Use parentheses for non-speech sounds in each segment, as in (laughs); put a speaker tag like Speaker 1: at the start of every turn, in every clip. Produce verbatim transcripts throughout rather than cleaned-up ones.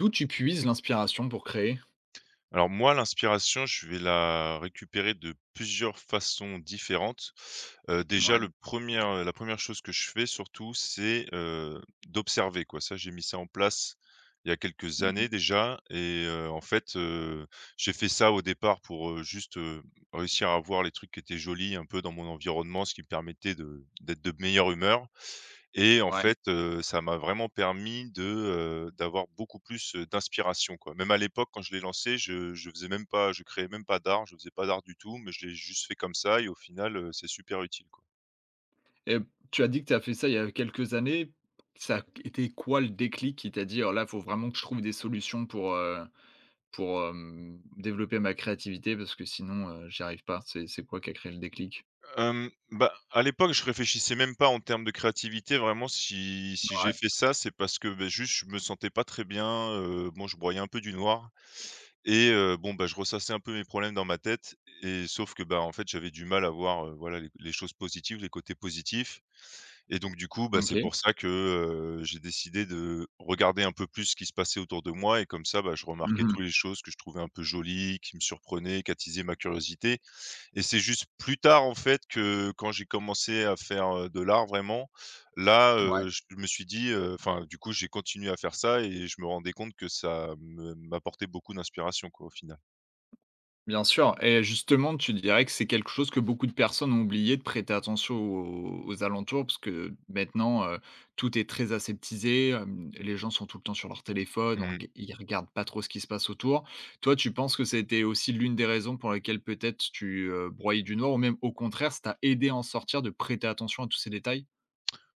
Speaker 1: D'où tu puises l'inspiration pour créer?
Speaker 2: Alors moi, l'inspiration, je vais la récupérer de plusieurs façons différentes. Heu, déjà
Speaker 1: Ouais.
Speaker 2: le première, la première chose que je fais surtout, c'est, heu, d'observer, quoi. Ça, j'ai mis ça en place il y a quelques années
Speaker 1: Mmh.
Speaker 2: déjà et heu, en fait, heu, j'ai fait ça au départ pour, heu, juste, heu, réussir à voir les trucs qui étaient jolis un peu dans mon environnement, ce qui me permettait de d'être de meilleure humeur. Et en
Speaker 1: Ouais,
Speaker 2: fait, heu, ça m'a vraiment permis de, heu, d'avoir beaucoup plus, heu, d'inspiration, quoi. Même à l'époque, quand je l'ai lancé, je je faisais même pas je créais même pas d'art, je faisais pas d'art du tout, mais je l'ai juste fait comme ça et au final, heu, c'est super utile, quoi.
Speaker 1: et tu as dit que tu as fait ça il y a quelques années. Ça a été quoi le déclic qui t'a dit: «Alors là, il faut vraiment que je trouve des solutions pour, heu, pour, hem, développer ma créativité parce que sinon, heu, j'y arrive pas»? C'est c'est quoi qui a créé le déclic?
Speaker 2: Hem, bah, à l'époque, je réfléchissais même pas en termes de créativité, vraiment si si j'ai
Speaker 1: Ouais,
Speaker 2: fait ça, c'est parce que, beh, juste, je me sentais pas très bien, heu, bon, je broyais un peu du noir et heu, bon, bah, je ressassais un peu mes problèmes dans ma tête et sauf que, bah, en fait, j'avais du mal à voir, heu, voilà, les les choses positives, les côtés positifs. Et donc du coup, bah, c'est
Speaker 1: OK.
Speaker 2: pour ça que, heu, j'ai décidé de regarder un peu plus ce qui se passait autour de moi et comme ça, bah, je remarquais
Speaker 1: Mmh.
Speaker 2: toutes les choses que je trouvais un peu jolies, qui me surprenaient, qui attisaient ma curiosité et c'est juste plus tard, en fait, que quand j'ai commencé à faire, heu, de l'art vraiment, là,
Speaker 1: Ouais.
Speaker 2: heu, je me suis dit, heu enfin, du coup, j'ai continué à faire ça et je me rendais compte que ça me m'apportait beaucoup d'inspiration, quoi, au final.
Speaker 1: Bien sûr, et justement, tu dirais que c'est quelque chose que beaucoup de personnes ont oublié de prêter attention aux aux alentours parce que maintenant, heu, tout est très aseptisé, hem, les gens sont tout le temps sur leur téléphone, on
Speaker 2: Mmh.
Speaker 1: reg ils regardent pas trop ce qui se passe autour. Toi, tu penses que c'était aussi l'une des raisons pour lesquelles peut-être tu, heu, broyais du noir, ou même au contraire, ça t'a aidé à en sortir de prêter attention à tous ces détails?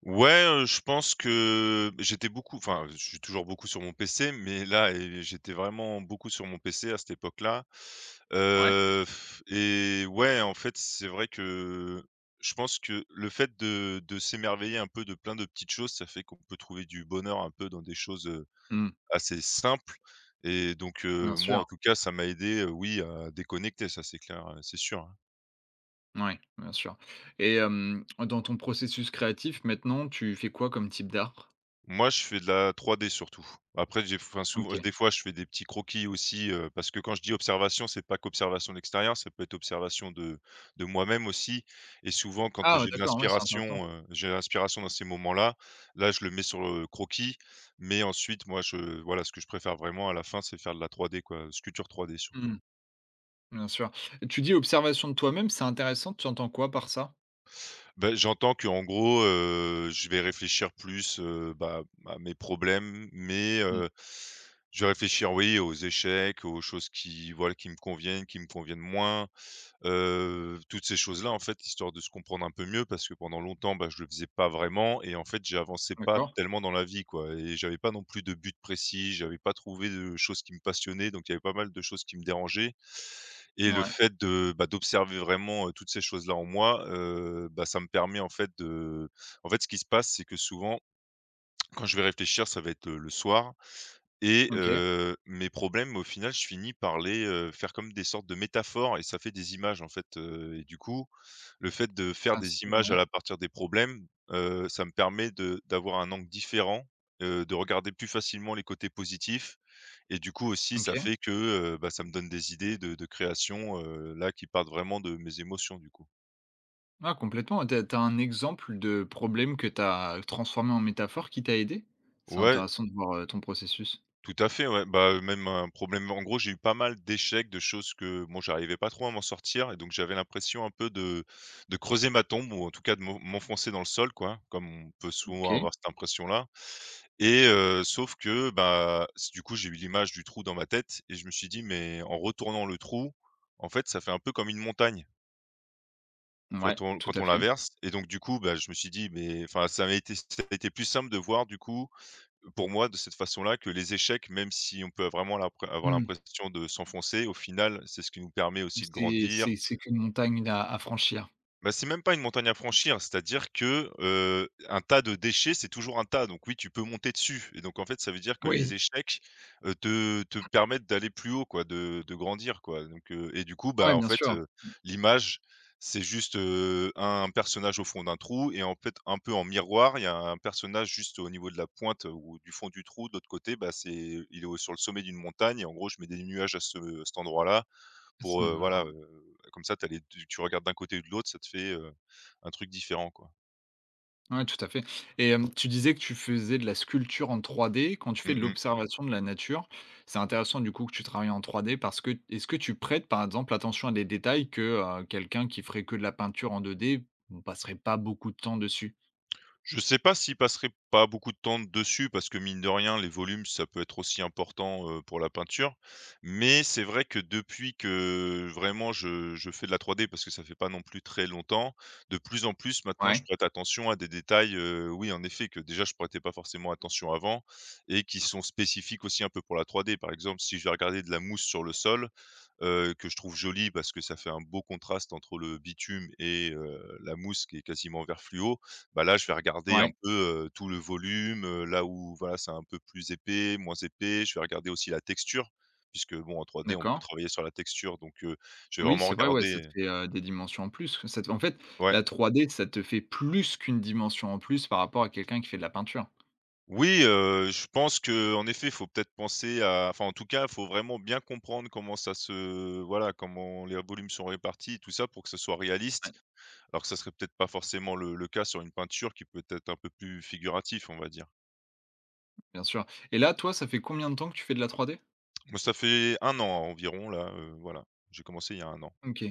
Speaker 2: Ouais, heu, je pense que j'étais beaucoup enfin, je suis toujours beaucoup sur mon P C, mais là et j'étais vraiment beaucoup sur mon P C à cette époque-là,
Speaker 1: Ouais,
Speaker 2: heu et ouais, en fait, c'est vrai que je pense que le fait de de s'émerveiller un peu de plein de petites choses, ça fait qu'on peut trouver du bonheur un peu dans des choses, heu,
Speaker 1: mmh,
Speaker 2: assez simples et donc
Speaker 1: bien
Speaker 2: heu, moi, en
Speaker 1: sûr,
Speaker 2: tout cas, ça m'a aidé, heu, oui, à déconnecter, ça, c'est clair, heu, c'est sûr, hein.
Speaker 1: ouais, bien sûr, et hem, dans ton processus créatif maintenant, tu fais quoi comme type d'art?
Speaker 2: Moi, je fais de la trois D surtout. Après, j'ai enfin, souvent
Speaker 1: OK.
Speaker 2: des fois, je fais des petits croquis aussi, heu, parce que quand je dis observation, c'est pas qu'observation de l'extérieur, ça peut être observation de de moi-même aussi et souvent quand
Speaker 1: Ah,
Speaker 2: j'ai de
Speaker 1: d'accord, ouais, c'est intéressant.
Speaker 2: l'inspiration, heu, j'ai de l'inspiration dans ces moments-là, là, je le mets sur le croquis, mais ensuite moi, je voilà, ce que je préfère vraiment à la fin, c'est faire de la trois D quoi, sculpture trois D surtout.
Speaker 1: Mmh. Bien sûr. Et tu dis observation de toi-même, c'est intéressant, tu entends quoi par ça?
Speaker 2: Bah, j'entends qu'en gros, heu, je vais réfléchir plus, heu, bah, à mes problèmes, mais
Speaker 1: Mmh.
Speaker 2: heu, je vais réfléchir, oui, aux échecs, aux choses qui, voilà, qui me conviennent, qui me conviennent moins, heu, toutes ces choses-là, en fait, histoire de se comprendre un peu mieux parce que pendant longtemps, bah, je le faisais pas vraiment et en fait, j'avançais pas
Speaker 1: D'accord.
Speaker 2: tellement dans la vie, quoi et j'avais pas non plus de but précis, j'avais pas trouvé de choses qui me passionnaient, donc il y avait pas mal de choses qui me dérangeaient et le
Speaker 1: Ouais.
Speaker 2: fait de, bah, d'observer vraiment, heu, toutes ces choses-là en moi, heu, bah, ça me permet en fait de en fait, ce qui se passe, c'est que souvent, quand je vais réfléchir, ça va être, heu, le soir et
Speaker 1: OK.
Speaker 2: heu, mes problèmes, au final, je finis par les, heu, faire comme des sortes de métaphores et ça fait des images, en fait, heu et du coup, le fait de faire
Speaker 1: Ah, c'est
Speaker 2: des images à
Speaker 1: ouais.
Speaker 2: la partir des problèmes, heu, ça me permet de d'avoir un angle différent, heu, de regarder plus facilement les côtés positifs et du coup aussi, ça
Speaker 1: OK.
Speaker 2: fait que, heu, bah, ça me donne des idées de de création, heu, là, qui partent vraiment de mes émotions, du coup.
Speaker 1: Ah, complètement. T'as as un exemple de problème que tu as transformé en métaphore qui t'a aidé? C'est
Speaker 2: Ouais,
Speaker 1: intéressant de voir, heu, ton processus.
Speaker 2: tout à fait, ouais, bah, heu, même un problème en gros, j'ai eu pas mal d'échecs, de choses que, bon, j'arrivais pas trop à m'en sortir et donc j'avais l'impression un peu de de creuser ma tombe ou en tout cas de m'en m'enfoncer dans le sol, quoi, comme on peut souvent
Speaker 1: OK.
Speaker 2: avoir cette impression-là et heu, sauf que, bah, s du coup, j'ai eu l'image du trou dans ma tête et je me suis dit: «Mais en retournant le trou, en fait, ça fait un peu comme une montagne».
Speaker 1: Ouais,
Speaker 2: Quand on
Speaker 1: tout
Speaker 2: quand
Speaker 1: à
Speaker 2: on
Speaker 1: fait.
Speaker 2: l'inverse et donc du coup, bah, je me suis dit: «Mais» enfin, ça m'a été ça a été plus simple de voir du coup, pour moi, de cette façon-là, que les échecs, même si on peut vraiment l'impré avoir
Speaker 1: Mmh.
Speaker 2: l'impression de s'enfoncer, au final, c'est ce qui nous permet aussi de
Speaker 1: C'est
Speaker 2: grandir,
Speaker 1: c'est c'est qu'une montagne à à franchir.
Speaker 2: bah, c'est même pas une montagne à franchir, c'est-à-dire que, heu, un tas de déchets, c'est toujours un tas, donc oui, tu peux monter dessus et donc en fait, ça veut dire que les
Speaker 1: Oui.
Speaker 2: échecs, heu, te te permettent d'aller plus haut quoi, de de grandir quoi, donc heu et du coup,
Speaker 1: Ouais,
Speaker 2: bah, en
Speaker 1: bien
Speaker 2: fait,
Speaker 1: sûr,
Speaker 2: heu, l'image, c'est juste, heu, un personnage au fond d'un trou et en fait, un peu en miroir, il y a un personnage juste au niveau de la pointe euh, ou du fond du trou, de l'autre côté, bah, c'est il est au sur le sommet d'une montagne et en gros, je mets des nuages à ce cet endroit-là
Speaker 1: à ce
Speaker 2: pour, heu,
Speaker 1: niveau-là.
Speaker 2: voilà, heu, comme ça, tu les tu tu regardes d'un côté ou de l'autre, ça te fait, heu, un truc différent, quoi.
Speaker 1: Ouais, tout à fait. Et hem, tu disais que tu faisais de la sculpture en trois d. Quand tu fais
Speaker 2: Mmh
Speaker 1: de, ouais,
Speaker 2: mh.
Speaker 1: l'observation de la nature, c'est intéressant du coup que tu travailles en trois d parce que est-ce que tu prêtes, par exemple, attention à des détails que, heu, quelqu'un qui ferait que de la peinture en deux d passerait pas beaucoup de temps dessus?
Speaker 2: Je sais pas s'ils passeraient pas beaucoup de temps dessus parce que mine de rien, les volumes, ça peut être aussi important, heu, pour la peinture. Mais c'est vrai que depuis que vraiment je je fais de la trois d parce que ça fait pas non plus très longtemps, de plus en plus maintenant, je
Speaker 1: Ouais,
Speaker 2: prête attention à des détails, heu, oui, en effet, que déjà je prêtais pas forcément attention avant et qui sont spécifiques aussi un peu pour la trois d. Par exemple, si je vais regarder de la mousse sur le sol, heu, que je trouve joli parce que ça fait un beau contraste entre le bitume et heu, la mousse qui est quasiment vert fluo, bah, là, je vais regarder un
Speaker 1: ouais,
Speaker 2: peu, heu, tout le volume, heu, là où voilà, c'est un peu plus épais, moins épais. Je vais regarder aussi la texture puisque bon, en trois D, on peut
Speaker 1: d'accord.
Speaker 2: travailler sur la texture donc heu, je vais
Speaker 1: Oui,
Speaker 2: vraiment
Speaker 1: c'est vrai, ouais, ça te
Speaker 2: regarder
Speaker 1: fait, heu, des dimensions en plus. Ça te En fait,
Speaker 2: ouais.
Speaker 1: la trois d, ça te fait plus qu'une dimension en plus par rapport à quelqu'un qui fait de la peinture.
Speaker 2: Oui, heu, je pense que, en effet, il faut peut-être penser à enfin, en tout cas, il faut vraiment bien comprendre comment ça se voilà, comment les volumes sont répartis, tout ça, pour que ce soit réaliste.
Speaker 1: Ouais,
Speaker 2: Alors que ça serait peut-être pas forcément le le cas sur une peinture qui peut être un peu plus figuratif, on va dire.
Speaker 1: bien sûr. Et là, toi, ça fait combien de temps que tu fais de la trois d?
Speaker 2: Moi, ça fait un an environ là, heu, voilà, j'ai commencé il y a un an.
Speaker 1: OK.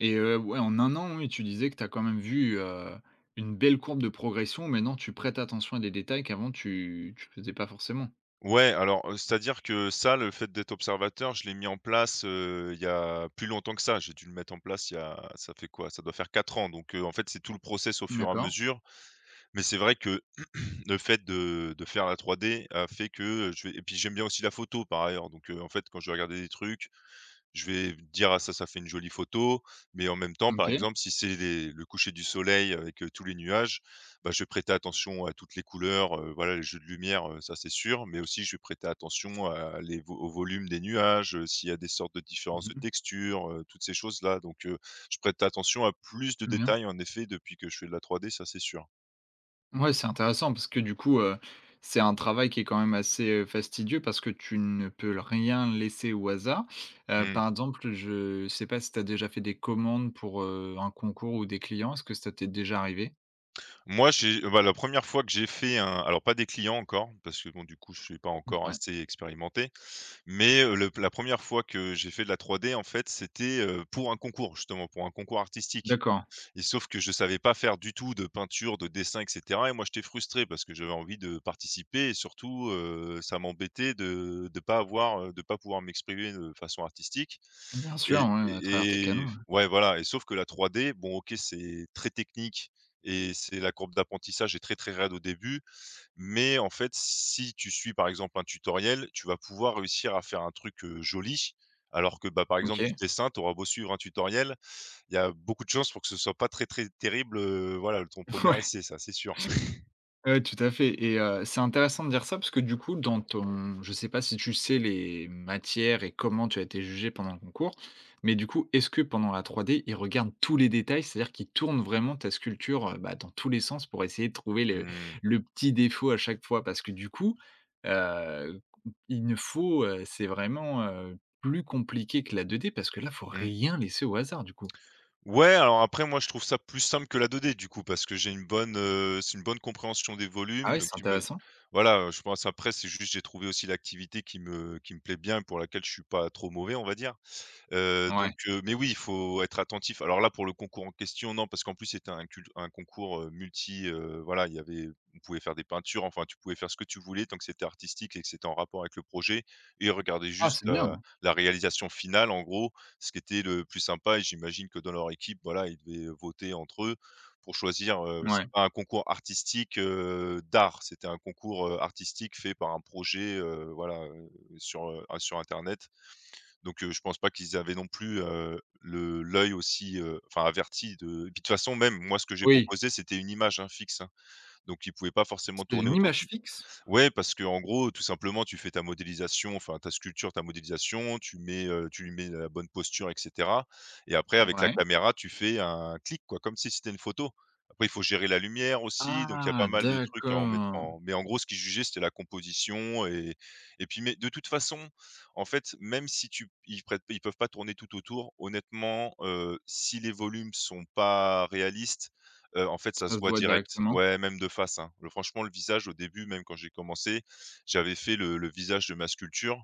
Speaker 1: Et heu, ouais, en un an, oui, tu disais que tu as quand même vu, heu, une belle courbe de progression. Maintenant, tu prêtes attention à des détails qu'avant tu tu faisais pas forcément.
Speaker 2: Ouais, alors, heu, c'est-à-dire que ça, le fait d'être observateur, je l'ai mis en place, heu, il y a plus longtemps que ça. J'ai dû le mettre en place il y a ça fait quoi? Ça doit faire quatre ans, donc, heu, en fait, c'est tout le process au fur et à
Speaker 1: D'accord,
Speaker 2: mesure. Mais c'est vrai que le fait de de faire la trois D a fait que, je vais et puis j'aime bien aussi la photo par ailleurs, donc heu, en fait, quand je vais regarder des trucs, je vais dire: «Ah ça, ça fait une jolie photo», mais en même temps, par
Speaker 1: OK.
Speaker 2: exemple, si c'est les le coucher du soleil avec, heu, tous les nuages, bah, je vais prêter attention à toutes les couleurs, heu, voilà, les jeux de lumière, heu, ça c'est sûr, mais aussi je vais prêter attention à les vo au volume des nuages, heu, s'il y a des sortes de différences de
Speaker 1: Mmh.
Speaker 2: textures, heu, toutes ces choses-là, donc heu, je prête attention à plus de
Speaker 1: Bien.
Speaker 2: détails en effet depuis que je fais de la trois D, ça c'est sûr.
Speaker 1: Ouais, c'est intéressant parce que du coup, heu, c'est un travail qui est quand même assez, heu, fastidieux parce que tu ne peux rien laisser au hasard. Heu,
Speaker 2: Mmh.
Speaker 1: par exemple, je sais pas si tu as déjà fait des commandes pour, heu, un concours ou des clients? Est-ce que ça t'est déjà arrivé?
Speaker 2: Moi, j'ai bah, la première fois que j'ai fait un alors pas des clients encore, parce que bon, du coup, je suis pas encore
Speaker 1: Ouais.
Speaker 2: assez expérimenté, mais heu, le la première fois que j'ai fait de la trois D, en fait, c'était, heu, pour un concours, justement, pour un concours artistique.
Speaker 1: D'accord.
Speaker 2: Et sauf que je savais pas faire du tout de peinture, de dessin et cetera. Et moi, j'étais frustré parce que j'avais envie de participer. Et surtout, heu, ça m'embêtait de de pas avoir, heu, de pas pouvoir m'exprimer de façon artistique
Speaker 1: Bien sûr,
Speaker 2: et
Speaker 1: ouais, à travers tes
Speaker 2: et
Speaker 1: canaux,
Speaker 2: et
Speaker 1: ouais.
Speaker 2: ouais, voilà. Et sauf que la trois D, bon, OK, c'est très technique et c'est la courbe d'apprentissage est très, très raide au début, mais en fait, si tu suis, par exemple, un tutoriel, tu vas pouvoir réussir à faire un truc, heu, joli, alors que, bah, par exemple, du
Speaker 1: OK.
Speaker 2: dessin, tu auras beau suivre un tutoriel, il y a beaucoup de chances pour que ce soit pas très, très terrible, heu, voilà, ton premier
Speaker 1: (laughs)
Speaker 2: essai, ça, c'est sûr.
Speaker 1: Ouais, tout à fait. Et heu, c'est intéressant de dire ça parce que du coup dans ton je sais pas si tu sais les matières et comment tu as été jugé pendant le concours, mais du coup, est-ce que pendant la trois d, ils regardent tous les détails? C'est-à-dire qu'ils tournent vraiment ta sculpture, heu, bah, dans tous les sens pour essayer de trouver le
Speaker 2: Mmh,
Speaker 1: le petit défaut à chaque fois? Parce que du coup, heu, il ne faut, heu, c'est vraiment, heu, plus compliqué que la deux d parce que là, faut
Speaker 2: mmh.
Speaker 1: rien laisser au hasard du coup.
Speaker 2: Ouais, alors après moi je trouve ça plus simple que la deux D du coup, parce que j'ai une bonne, heu, c'est une bonne compréhension des
Speaker 1: Ah,
Speaker 2: volumes,
Speaker 1: ouais,
Speaker 2: donc
Speaker 1: c'est
Speaker 2: j'ima
Speaker 1: intéressant.
Speaker 2: voilà, heu, je pense après c'est juste j'ai trouvé aussi l'activité qui me qui me plaît bien et pour laquelle je suis pas trop mauvais, on va dire. Heu,
Speaker 1: Ouais.
Speaker 2: donc heu, mais oui, il faut être attentif. Alors là, pour le concours en question, non, parce qu'en plus, c'était un cult un concours, heu, multi, heu, voilà, il y avait on pouvait faire des peintures, enfin, tu pouvais faire ce que tu voulais tant que c'était artistique et que c'était en rapport avec le projet et regarder
Speaker 1: Ah,
Speaker 2: juste
Speaker 1: c'est
Speaker 2: la
Speaker 1: bien.
Speaker 2: la réalisation finale, en gros, ce qui était le plus sympa. Et j'imagine que dans leur équipe, voilà, ils devaient voter entre eux pour choisir, heu,
Speaker 1: Ouais.
Speaker 2: c'était pas un concours artistique, heu, d'art, c'était un concours, heu, artistique fait par un projet, heu, voilà, heu, sur, heu, sur internet. Donc heu, je pense pas qu'ils avaient non plus, heu, le l'œil aussi, heu, enfin averti de. Et puis de toute façon même moi ce que j'ai
Speaker 1: Oui,
Speaker 2: proposé c'était une image, hein, fixe, hein, donc ils pouvaient pas forcément
Speaker 1: c'est
Speaker 2: tourner
Speaker 1: une
Speaker 2: autour
Speaker 1: image
Speaker 2: d'une…
Speaker 1: fixe?
Speaker 2: Ouais, parce que en gros, tout simplement, tu fais ta modélisation, enfin ta sculpture, ta modélisation, tu mets, heu, tu lui mets la bonne posture et cetera, et après avec la
Speaker 1: Ouais.
Speaker 2: caméra, tu fais un clic quoi, comme si c'était une photo. Après il faut gérer la lumière aussi, donc il y a
Speaker 1: Ah,
Speaker 2: pas mal de trucs à en mettre
Speaker 1: d'accord,
Speaker 2: en… Mais en gros ce qu'ils jugeaient c'était la composition. et et puis mais de toute façon, en fait, même si tu ils prêtent ils peuvent pas tourner tout autour, honnêtement, heu, si les volumes sont pas réalistes… Heu, en fait, ça
Speaker 1: ça
Speaker 2: se
Speaker 1: se
Speaker 2: voit
Speaker 1: voit
Speaker 2: direct.
Speaker 1: directement?
Speaker 2: Ouais, même de face, hein. Le franchement, le visage au début, même quand j'ai commencé, j'avais fait le le visage de ma sculpture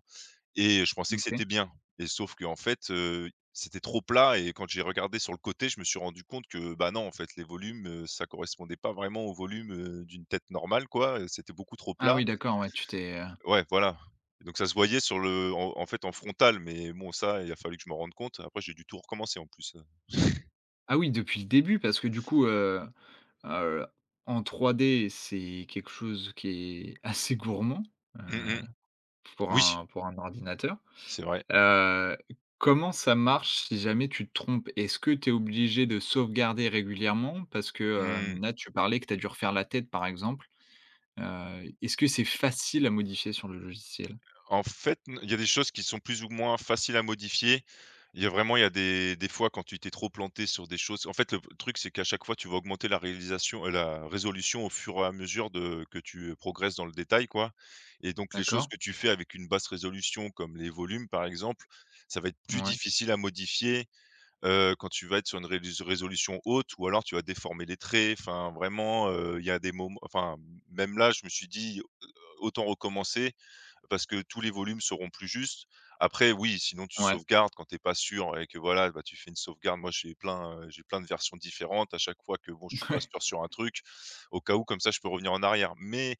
Speaker 2: et je pensais que
Speaker 1: OK.
Speaker 2: c'était bien. Et sauf que en fait, heu, c'était trop plat et quand j'ai regardé sur le côté, je me suis rendu compte que, bah, non, en fait, les volumes, heu, ça correspondait pas vraiment au volume, heu, d'une tête normale, quoi, heu, c'était beaucoup trop
Speaker 1: Ah,
Speaker 2: plat.
Speaker 1: oui d'accord, ouais, tu t'es, heu
Speaker 2: Ouais, voilà. Et donc ça se voyait sur le en en fait, en frontal, mais bon, ça, il a fallu que je m'en rende compte. Après j'ai dû tout recommencer en plus, (laughs) heu.
Speaker 1: ah oui depuis le début parce que du coup, heu heu, en trois d c'est quelque chose qui est (laughs) assez gourmand, heu,
Speaker 2: Mmh.
Speaker 1: pour
Speaker 2: Oui,
Speaker 1: un pour un ordinateur.
Speaker 2: c'est vrai.
Speaker 1: Heu, Comment ça marche si jamais tu te trompes? Est-ce que tu es obligé de sauvegarder régulièrement? Parce que,
Speaker 2: Mmh.
Speaker 1: hem, là tu parlais que tu as dû refaire la tête par exemple. Heu, est-ce que c'est facile à modifier sur le logiciel?
Speaker 2: En fait, n il y a des choses qui sont plus ou moins faciles à modifier. Il y a vraiment il y a des des fois quand tu t'es trop planté sur des choses, en fait, le truc, c'est qu'à chaque fois, tu vas augmenter la réalisation, heu, la résolution au fur et à mesure de que tu progresses dans le détail, quoi. Et donc les choses
Speaker 1: D'accord.
Speaker 2: que tu fais avec une basse résolution, comme les volumes, par exemple, ça va être plus
Speaker 1: Ouais,
Speaker 2: difficile à modifier, heu, quand tu vas être sur une rélis résolution haute, ou alors tu vas déformer les traits. Enfin, vraiment, heu, il y a des moments, enfin, même là, je me suis dit: «Autant recommencer» parce que tous les volumes seront plus justes. Après, oui, sinon tu
Speaker 1: ouais,
Speaker 2: sauvegardes quand t'es pas sûr et que voilà, bah, tu fais une sauvegarde. Moi, j'ai plein, heu, j'ai plein de versions différentes à chaque fois que bon, je suis
Speaker 1: (laughs)
Speaker 2: pas
Speaker 1: ouais.
Speaker 2: sûr sur un truc, au cas où, comme ça, je peux revenir en arrière. Mais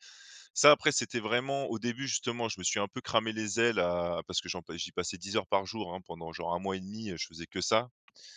Speaker 2: ça, après, c'était vraiment au début, justement, je me suis un peu cramé les ailes à parce que j'en pa j'y passais dix heures par jour, hein, pendant genre un mois et demi, je faisais que ça.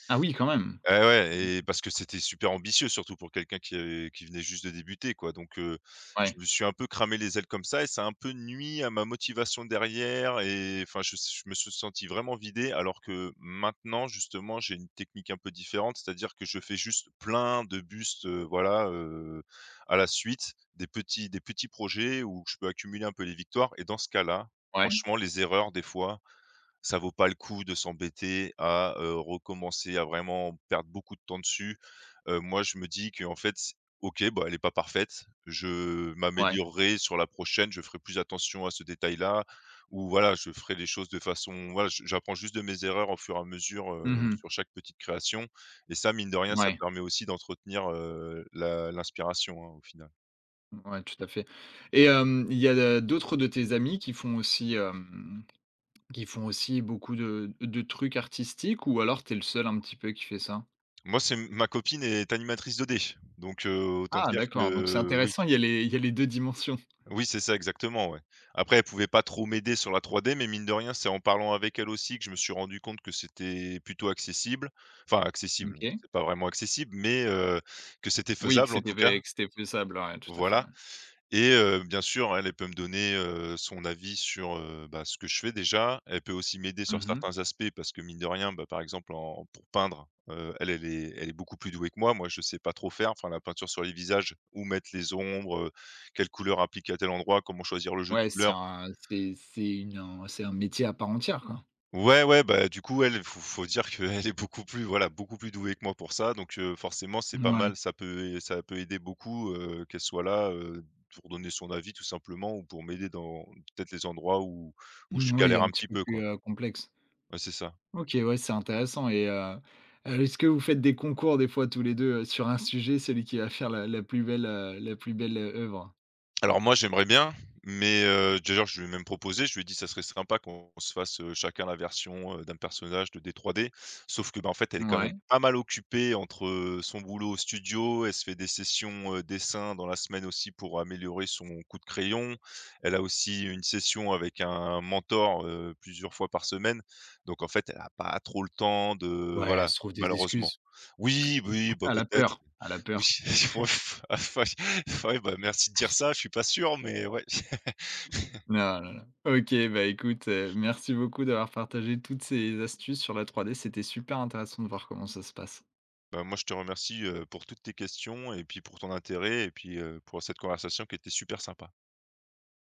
Speaker 1: Ah oui, quand même.
Speaker 2: Eh ouais, et parce que c'était super ambitieux surtout pour quelqu'un qui avait qui venait juste de débuter quoi, donc heu, je
Speaker 1: Ouais,
Speaker 2: me suis un peu cramé les ailes comme ça et ça a un peu nui à ma motivation derrière. Et enfin je je me suis senti vraiment vidé alors que maintenant justement j'ai une technique un peu différente. C'est-à-dire que je fais juste plein de bustes, heu, voilà, heu, à la suite, des petits des petits projets où je peux accumuler un peu les victoires. Et dans ce cas-là,
Speaker 1: ouais,
Speaker 2: franchement les erreurs des fois, ça vaut pas le coup de s'embêter à, heu, recommencer à vraiment perdre beaucoup de temps dessus. Heu, moi, je me dis que en fait, c OK, bah, elle est pas parfaite. Je
Speaker 1: ouais.
Speaker 2: m'améliorerai sur la prochaine, je ferai plus attention à ce détail-là, ou voilà, je ferai les choses de façon voilà, je j'apprends juste de mes erreurs au fur et à mesure, heu,
Speaker 1: Mmh.
Speaker 2: sur chaque petite création. Et ça, mine de rien, ça
Speaker 1: Ouais,
Speaker 2: permet aussi d'entretenir, heu, la l'inspiration, hein, au final.
Speaker 1: ouais, tout à fait. Et hem, il y a, heu, d'autres de tes amis qui font aussi, hem, qui font aussi beaucoup de de trucs artistiques, ou alors t'es le seul un petit peu qui fait ça?
Speaker 2: Moi, c'est ma copine est animatrice deux D, donc heu, autant
Speaker 1: Ah,
Speaker 2: dire
Speaker 1: d'accord, donc c'est
Speaker 2: que oui.
Speaker 1: intéressant, il y a les il y a les deux dimensions.
Speaker 2: Oui, c'est ça, exactement, ouais. Après, elle pouvait pas trop m'aider sur la trois D, mais mine de rien, c'est en parlant avec elle aussi que je me suis rendu compte que c'était plutôt accessible. Enfin, accessible,
Speaker 1: OK.
Speaker 2: c'est pas vraiment accessible, mais heu, que c'était
Speaker 1: Oui, que
Speaker 2: faisable en
Speaker 1: c'était
Speaker 2: tout cas.
Speaker 1: fai que c'était faisable, ouais, tout à fait, ouais.
Speaker 2: Voilà. Et heu, bien sûr, elle, elle peut me donner, heu, son avis sur, heu, bah, ce que je fais déjà. Elle peut aussi m'aider sur
Speaker 1: Mmh.
Speaker 2: certains aspects parce que mine de rien, bah, par exemple en pour peindre, heu, elle, elle est elle est beaucoup plus douée que moi. Moi, je sais pas trop faire. Enfin, la peinture sur les visages, où mettre les ombres, heu, quelle couleur appliquer à tel endroit, comment choisir le jeu de
Speaker 1: Ouais, c'est
Speaker 2: couleurs.
Speaker 1: un c'est c'est une un c'est un métier à part entière, quoi.
Speaker 2: Ouais, ouais, bah, du coup, elle, faut faut dire qu'elle (laughs) est beaucoup plus voilà, beaucoup plus douée que moi pour ça, donc heu, forcément, c'est pas
Speaker 1: Ouais.
Speaker 2: mal, ça peut ça peut aider beaucoup, heu, qu'elle soit là, heu, pour donner son avis tout simplement ou pour m'aider dans peut-être les endroits où où je
Speaker 1: Mmh, oui,
Speaker 2: galère
Speaker 1: un
Speaker 2: un
Speaker 1: petit
Speaker 2: petit
Speaker 1: peu
Speaker 2: peu,
Speaker 1: plus,
Speaker 2: quoi.
Speaker 1: heu, complexe.
Speaker 2: Ouais, c'est ça.
Speaker 1: OK, ouais, c'est intéressant. Et heu, heu, est-ce que vous faites des concours des fois tous les deux, heu, sur un sujet, celui qui va faire la la plus belle, heu, la plus belle, heu, œuvre?
Speaker 2: Alors moi, j'aimerais bien, mais heu, d'ailleurs, je lui ai même proposé, je lui ai dit: «Ça serait sympa qu'on se fasse, heu, chacun la version, heu, d'un personnage de D trois D». Sauf que, bah, en fait, elle est quand même
Speaker 1: Ouais,
Speaker 2: pas mal occupée entre, heu, son boulot au studio, elle se fait des sessions, heu, dessin dans la semaine aussi pour améliorer son coup de crayon. Elle a aussi une session avec un mentor, heu, plusieurs fois par semaine. Donc en fait, elle a pas trop le temps de
Speaker 1: ouais, elle
Speaker 2: voilà,
Speaker 1: se trouve des
Speaker 2: malheureusement.
Speaker 1: excuses.
Speaker 2: Oui, oui,
Speaker 1: (laughs)
Speaker 2: bah,
Speaker 1: À la
Speaker 2: peut-être.
Speaker 1: peur, à la
Speaker 2: Oui,
Speaker 1: peur.
Speaker 2: (laughs) ouais, (laughs) ouais, bah, merci de dire ça, je suis pas sûr, mais ouais. (laughs)
Speaker 1: Non. Ah là. OK, bah, écoute, heu, merci beaucoup d'avoir partagé toutes ces astuces sur la trois d. C'était super intéressant de voir comment ça se passe.
Speaker 2: Bah, moi, je te remercie, heu, pour toutes tes questions et puis pour ton intérêt et puis, heu, pour cette conversation qui était super sympa.